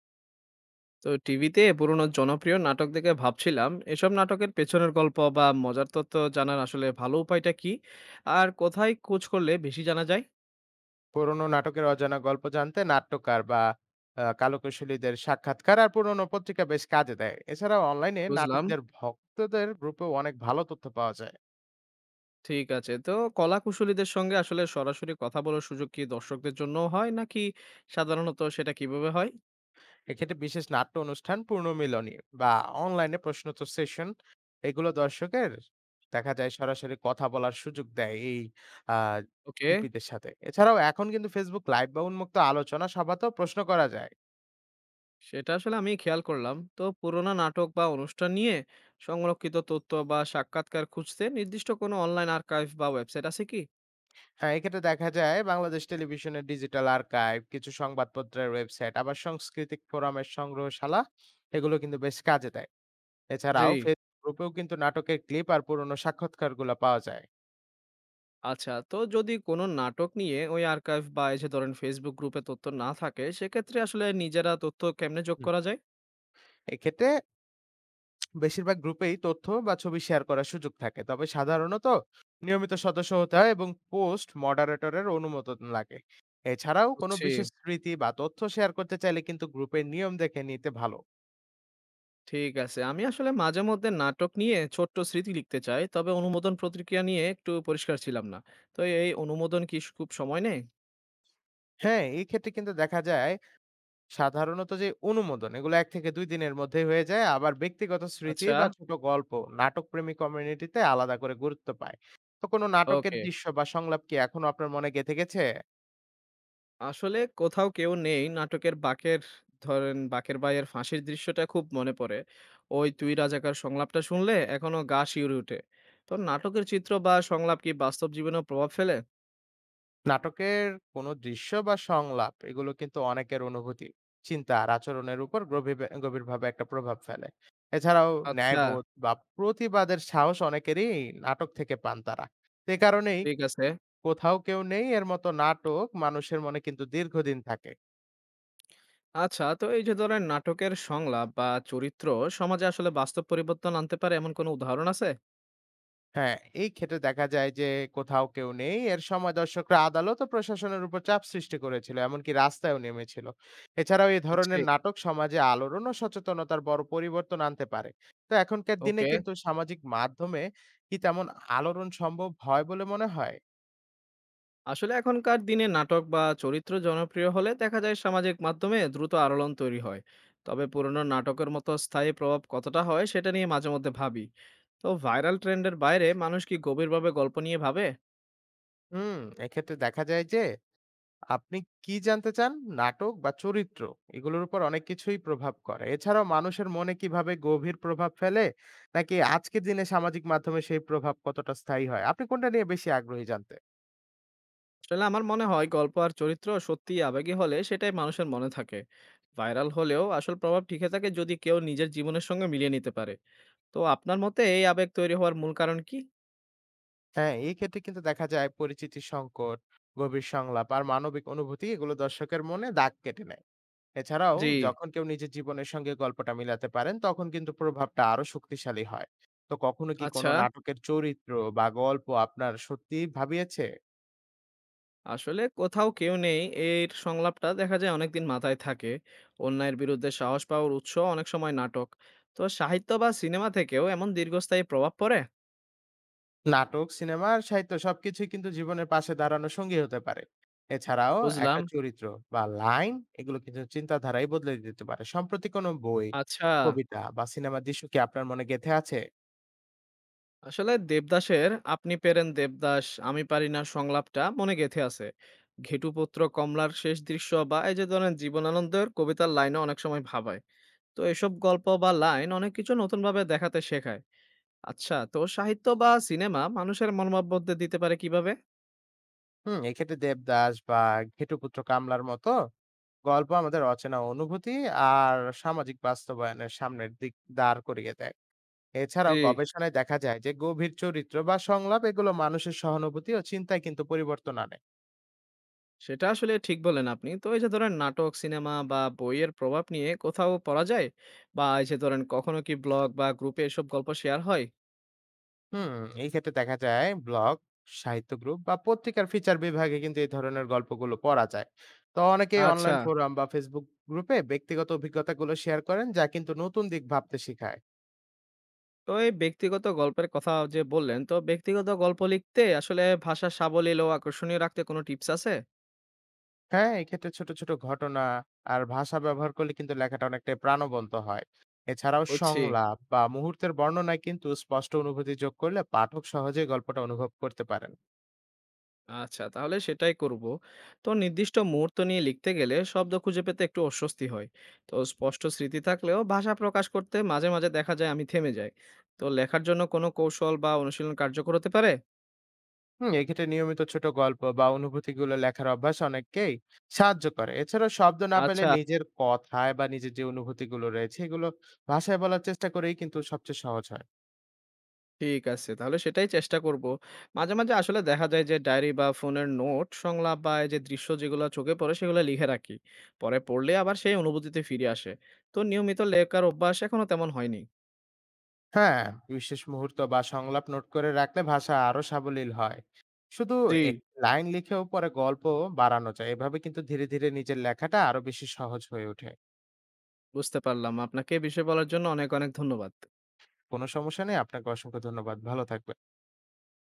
তো টিভিতে পুরোনো জনপ্রিয় নাটক দেখে ভাবছিলাম এসব নাটকের পেছনের গল্প বা মজার তত্ত্ব জানার আসলে ভালো উপায়টা কি আর কোথায় খোঁজ করলে বেশি জানা যায়? পুরোনো নাটকের অজানা গল্প জানতে নাট্যকার বা কালোকৌশলীদের সাক্ষাৎকার আর পুরোনো পত্রিকা বেশ কাজে দেয়। এছাড়াও অনলাইনে বুঝলাম, নাটকদের ভক্তদের গ্রুপেও অনেক ভালো তথ্য পাওয়া যায়। ঠিক আছে। তো কলা কুশলীদের সঙ্গে আসলে সরাসরি কথা বলার সুযোগ কি দর্শকদের জন্য হয় নাকি? সাধারণত সেটা কিভাবে হয়? এক্ষেত্রে বিশেষ নাট্য অনুষ্ঠান পুনর্মিলনী বা অনলাইনে প্রশ্নোত্তর সেশন এগুলো দর্শকের দেখা যায় সরাসরি কথা বলার সুযোগ দেয় এই আ ওকে, শিল্পীদের সাথে। এছাড়াও এখন কিন্তু Facebook লাইভ বা উন্মুক্ত আলোচনা সভাতেও প্রশ্ন করা যায়। সেটা আসলে আমি খেয়াল করলাম। তো পুরোনো নাটক বা অনুষ্ঠান নিয়ে সংরক্ষিত তথ্য বা সাক্ষাৎকার খুঁজতে নির্দিষ্ট কোনো অনলাইন আর্কাইভ বা ওয়েবসাইট আছে কি? হ্যাঁ, এক্ষেত্রে দেখা যায় বাংলাদেশ টেলিভিশনের ডিজিটাল আর্কাইভ, কিছু সংবাদপত্রের ওয়েবসাইট, আবার সাংস্কৃতিক ফোরামের সংগ্রহশালা এগুলো কিন্তু বেশ কাজে দেয়। জি, এছাড়াও ফেসবুক গ্রুপেও কিন্তু নাটকের ক্লিপ আর পুরনো সাক্ষাৎকারগুলো পাওয়া যায়। আচ্ছা। তো যদি কোনো নাটক নিয়ে ওই আর্কাইভ বা এই যে ধরেন ফেসবুক গ্রুপে তথ্য না থাকে, সেক্ষেত্রে আসলে নিজেরা তথ্য কেমনে যোগ হুম। করা যায়? এক্ষেত্রে বেশিরভাগ গ্রুপেই তথ্য বা ছবি শেয়ার করার সুযোগ থাকে। তবে সাধারণত নিয়মিত সদস্য হতে হয় এবং পোস্ট মডারেটরের অনুমোদন লাগে। এছাড়াও কোনো বুঝছি, বিশেষ স্মৃতি বা তথ্য শেয়ার করতে চাইলে কিন্তু গ্রুপের নিয়ম দেখে নিতে ভালো। ঠিক আছে। আমি আসলে মাঝে মধ্যে নাটক নিয়ে ছোট্ট স্মৃতি লিখতে চাই, তবে অনুমোদন প্রতিক্রিয়া নিয়ে একটু পরিষ্কার ছিলাম না। তো এই অনুমোদন কি খুব সময় নেয়? হ্যাঁ, এই ক্ষেত্রে কিন্তু দেখা যায় সাধারণত যে অনুমোদন এগুলো ১ থেকে ২ দিনের মধ্যেই হয়ে যায়। আবার ব্যক্তিগত স্মৃতি আচ্ছা, বা ছোট গল্প নাটকপ্রেমী কমিউনিটিতে আলাদা করে গুরুত্ব পায়। তো কোনো নাটকের ওকে। দৃশ্য বা সংলাপ কি এখনো আপনার মনে গেঁথে গেছে? আসলে কোথাও কেউ নেই নাটকের বাঁকের, ধরেন বাকের ভাইয়ের ফাঁসির দৃশ্যটা খুব মনে পড়ে। ওই তুই রাজাকার সংলাপটা শুনলে এখনো গা শিউরে ওঠে। তো নাটকের চিত্র বা সংলাপ কি বাস্তব জীবনে প্রভাব ফেলে? নাটকের কোনো দৃশ্য বা সংলাপ এগুলো কিন্তু অনেকের অনুভূতি, চিন্তা আর আচরণের উপর গভীবে গভীরভাবে একটা প্রভাব ফেলে। এছাড়াও আচ্ছা, ন্যায়বোধ বা প্রতিবাদের সাহস অনেকেরই নাটক থেকে পান তারা। সে কারণেই ঠিক আছে। "কোথাও কেউ নেই" এর মতো নাটক মানুষের মনে কিন্তু দীর্ঘদিন থাকে। আচ্ছা, তো এই যে ধরেন নাটকের সংলাপ বা চরিত্র সমাজে আসলে বাস্তব পরিবর্তন আনতে পারে এমন কোনো উদাহরণ আছে? হ্যাঁ, এই ক্ষেত্রে দেখা যায় যে কোথাও কেউ নেই। এর সময় দর্শকরা আদালত ও প্রশাসনের উপর চাপ সৃষ্টি করেছিল। এমনকি রাস্তায়ও নেমেছিল। এছাড়াও এ বুঝছি, ধরনের নাটক সমাজে আলোড়ন ও সচেতনতার বড় পরিবর্তন আনতে পারে। তো এখনকার দিনে ওকে। কিন্তু সামাজিক মাধ্যমে কি তেমন আলোড়ন সম্ভব হয় বলে মনে হয়? আসলে এখনকার দিনে নাটক বা চরিত্র জনপ্রিয় হলে দেখা যায় সামাজিক মাধ্যমে দ্রুত আলোড়ন তৈরি হয়। তবে পুরনো নাটকের মতো স্থায়ী প্রভাব কতটা হয় সেটা নিয়ে মাঝে মধ্যে ভাবি। তো ভাইরাল ট্রেন্ডের বাইরে মানুষ কি গভীরভাবে গল্প নিয়ে ভাবে? হুম, এক্ষেত্রে দেখা যায় যে আপনি কি জানতে চান নাটক বা চরিত্র এগুলোর উপর অনেক কিছুই প্রভাব করে এছাড়াও মানুষের মনে কিভাবে গভীর প্রভাব ফেলে নাকি আজকের দিনে সামাজিক মাধ্যমে সেই প্রভাব কতটা স্থায়ী হয় আপনি কোনটা নিয়ে বেশি আগ্রহী জানতে। আসলে আমার মনে হয় গল্প আর চরিত্র সত্যি আবেগী হলে সেটাই মানুষের মনে থাকে। ভাইরাল হলেও আসল প্রভাব টিকে থাকে যদি কেউ নিজের জীবনের সঙ্গে মিলিয়ে নিতে পারে। তো আপনার মতে এই আবেগ তৈরি হওয়ার মূল কারণ কি? হ্যাঁ, এই ক্ষেত্রে কিন্তু দেখা যায় পরিচিতি সংকট, গভীর সংলাপ আর মানবিক অনুভূতি এগুলো দর্শকের মনে দাগ কেটে নেয়। এছাড়াও জি, যখন কেউ নিজের জীবনের সঙ্গে গল্পটা মিলাতে পারেন তখন কিন্তু প্রভাবটা আরো শক্তিশালী হয়। তো কখনো কি কোনো আচ্ছা। নাটকের চরিত্র বা গল্প আপনার সত্যি ভাবিয়েছে? আসলে কোথাও কেউ নেই এর সংলাপটা দেখা যায় অনেকদিন মাথায় থাকে। অন্যায়ের বিরুদ্ধে সাহস পাওয়ার উৎস অনেক সময় নাটক। তো সাহিত্য বা সিনেমা থেকেও এমন দীর্ঘস্থায়ী প্রভাব পড়ে? নাটক, সিনেমা আর সাহিত্য সবকিছুই কিন্তু জীবনের পাশে দাঁড়ানো সঙ্গী হতে পারে। এছাড়াও একটা বুঝলাম, চরিত্র বা লাইন এগুলো কিন্তু চিন্তাধারাই বদলে দিতে পারে। সম্প্রতি কোনো বই, আচ্ছা। কবিতা বা সিনেমার দৃশ্য কি আপনার মনে গেঁথে আছে? আসলে দেবদাসের আপনি পেরেন দেবদাস আমি পারি না সংলাপটা মনে গেঁথে আছে। ঘেটুপুত্র কমলার শেষ দৃশ্য বা এই যে ধরেন জীবনানন্দের কবিতার লাইনও অনেক সময় ভাবায়। তো এসব গল্প বা লাইন অনেক কিছু নতুনভাবে দেখাতে শেখায়। আচ্ছা, তো সাহিত্য বা সিনেমা মানুষের মনোভাব বদলে দিতে পারে কিভাবে? হুম, এক্ষেত্রে দেবদাস বা ঘেটুপুত্র কামলার মতো গল্প আমাদের অচেনা অনুভূতি আর সামাজিক বাস্তবায়নের সামনের দিক দাঁড় করিয়ে দেয়। জি, এছাড়াও গবেষণায় দেখা যায় যে গভীর চরিত্র বা সংলাপ এগুলো মানুষের সহানুভূতি ও চিন্তায় কিন্তু পরিবর্তন আনে। সেটা আসলে ঠিক বললেন আপনি। তো এই যে ধরেন নাটক, সিনেমা বা বইয়ের প্রভাব নিয়ে কোথাও পড়া যায়? বা এই যে ধরেন কখনো কি ব্লগ বা গ্রুপে এসব গল্প শেয়ার হয়? হুম, এই ক্ষেত্রে দেখা যায় ব্লগ, সাহিত্য গ্রুপ বা পত্রিকার ফিচার বিভাগে কিন্তু এই ধরনের গল্পগুলো পড়া যায়। তো অনেকেই আচ্ছা। অনলাইন ফোরাম বা ফেসবুক গ্রুপে ব্যক্তিগত অভিজ্ঞতাগুলো শেয়ার করেন, যা কিন্তু নতুন দিক ভাবতে শেখায়। তো এই ব্যক্তিগত গল্পের কথা যে বললেন, তো ব্যক্তিগত গল্প লিখতে আসলে ভাষা সাবলীল ও আকর্ষণীয় রাখতে কোনো টিপস আছে? হ্যাঁ, এক্ষেত্রে ছোট ছোট ঘটনা আর ভাষা ব্যবহার করলে কিন্তু লেখাটা অনেকটাই প্রাণবন্ত হয়। এছাড়াও বুঝছি, সংলাপ বা মুহূর্তের বর্ণনায় কিন্তু স্পষ্ট অনুভূতি যোগ করলে পাঠক সহজেই গল্পটা অনুভব করতে পারেন। আচ্ছা, তাহলে সেটাই করব। তো নির্দিষ্ট মুহূর্ত নিয়ে লিখতে গেলে শব্দ খুঁজে পেতে একটু অস্বস্তি হয়। তো স্পষ্ট স্মৃতি থাকলেও ভাষা প্রকাশ করতে মাঝে মাঝে দেখা যায় আমি থেমে যাই। তো লেখার জন্য কোনো কৌশল বা অনুশীলন কার্যকর হতে পারে? হুম, এক্ষেত্রে নিয়মিত ছোট গল্প বা অনুভূতিগুলো লেখার অভ্যাস অনেককেই সাহায্য করে। এছাড়া শব্দ না পেলে আচ্ছা, নিজের কথায় বা নিজের যে অনুভূতিগুলো রয়েছে এগুলো ভাষায় বলার চেষ্টা করেই কিন্তু সবচেয়ে সহজ হয়। ঠিক আছে, তাহলে সেটাই চেষ্টা করব। মাঝে মাঝে আসলে দেখা যায় যে ডায়েরি বা ফোনের নোট, সংলাপ বা এই যে দৃশ্য যেগুলো চোখে পড়ে সেগুলো লিখে রাখি। পরে পড়লে আবার সেই অনুভূতিতে ফিরে আসে। তো নিয়মিত লেখার অভ্যাস এখনো তেমন হয়নি। হ্যাঁ, বিশেষ মুহূর্ত বা সংলাপ নোট করে রাখলে ভাষা আরো সাবলীল হয়। শুধু জি, এক লাইন লিখেও পরে গল্প বাড়ানো যায়। এভাবে কিন্তু ধীরে ধীরে নিজের লেখাটা আরো বেশি সহজ হয়ে ওঠে। বুঝতে পারলাম। আপনাকে এ বিষয়ে বলার জন্য অনেক ধন্যবাদ। কোনো সমস্যা নেই, আপনাকে অসংখ্য ধন্যবাদ, ভালো থাকবেন।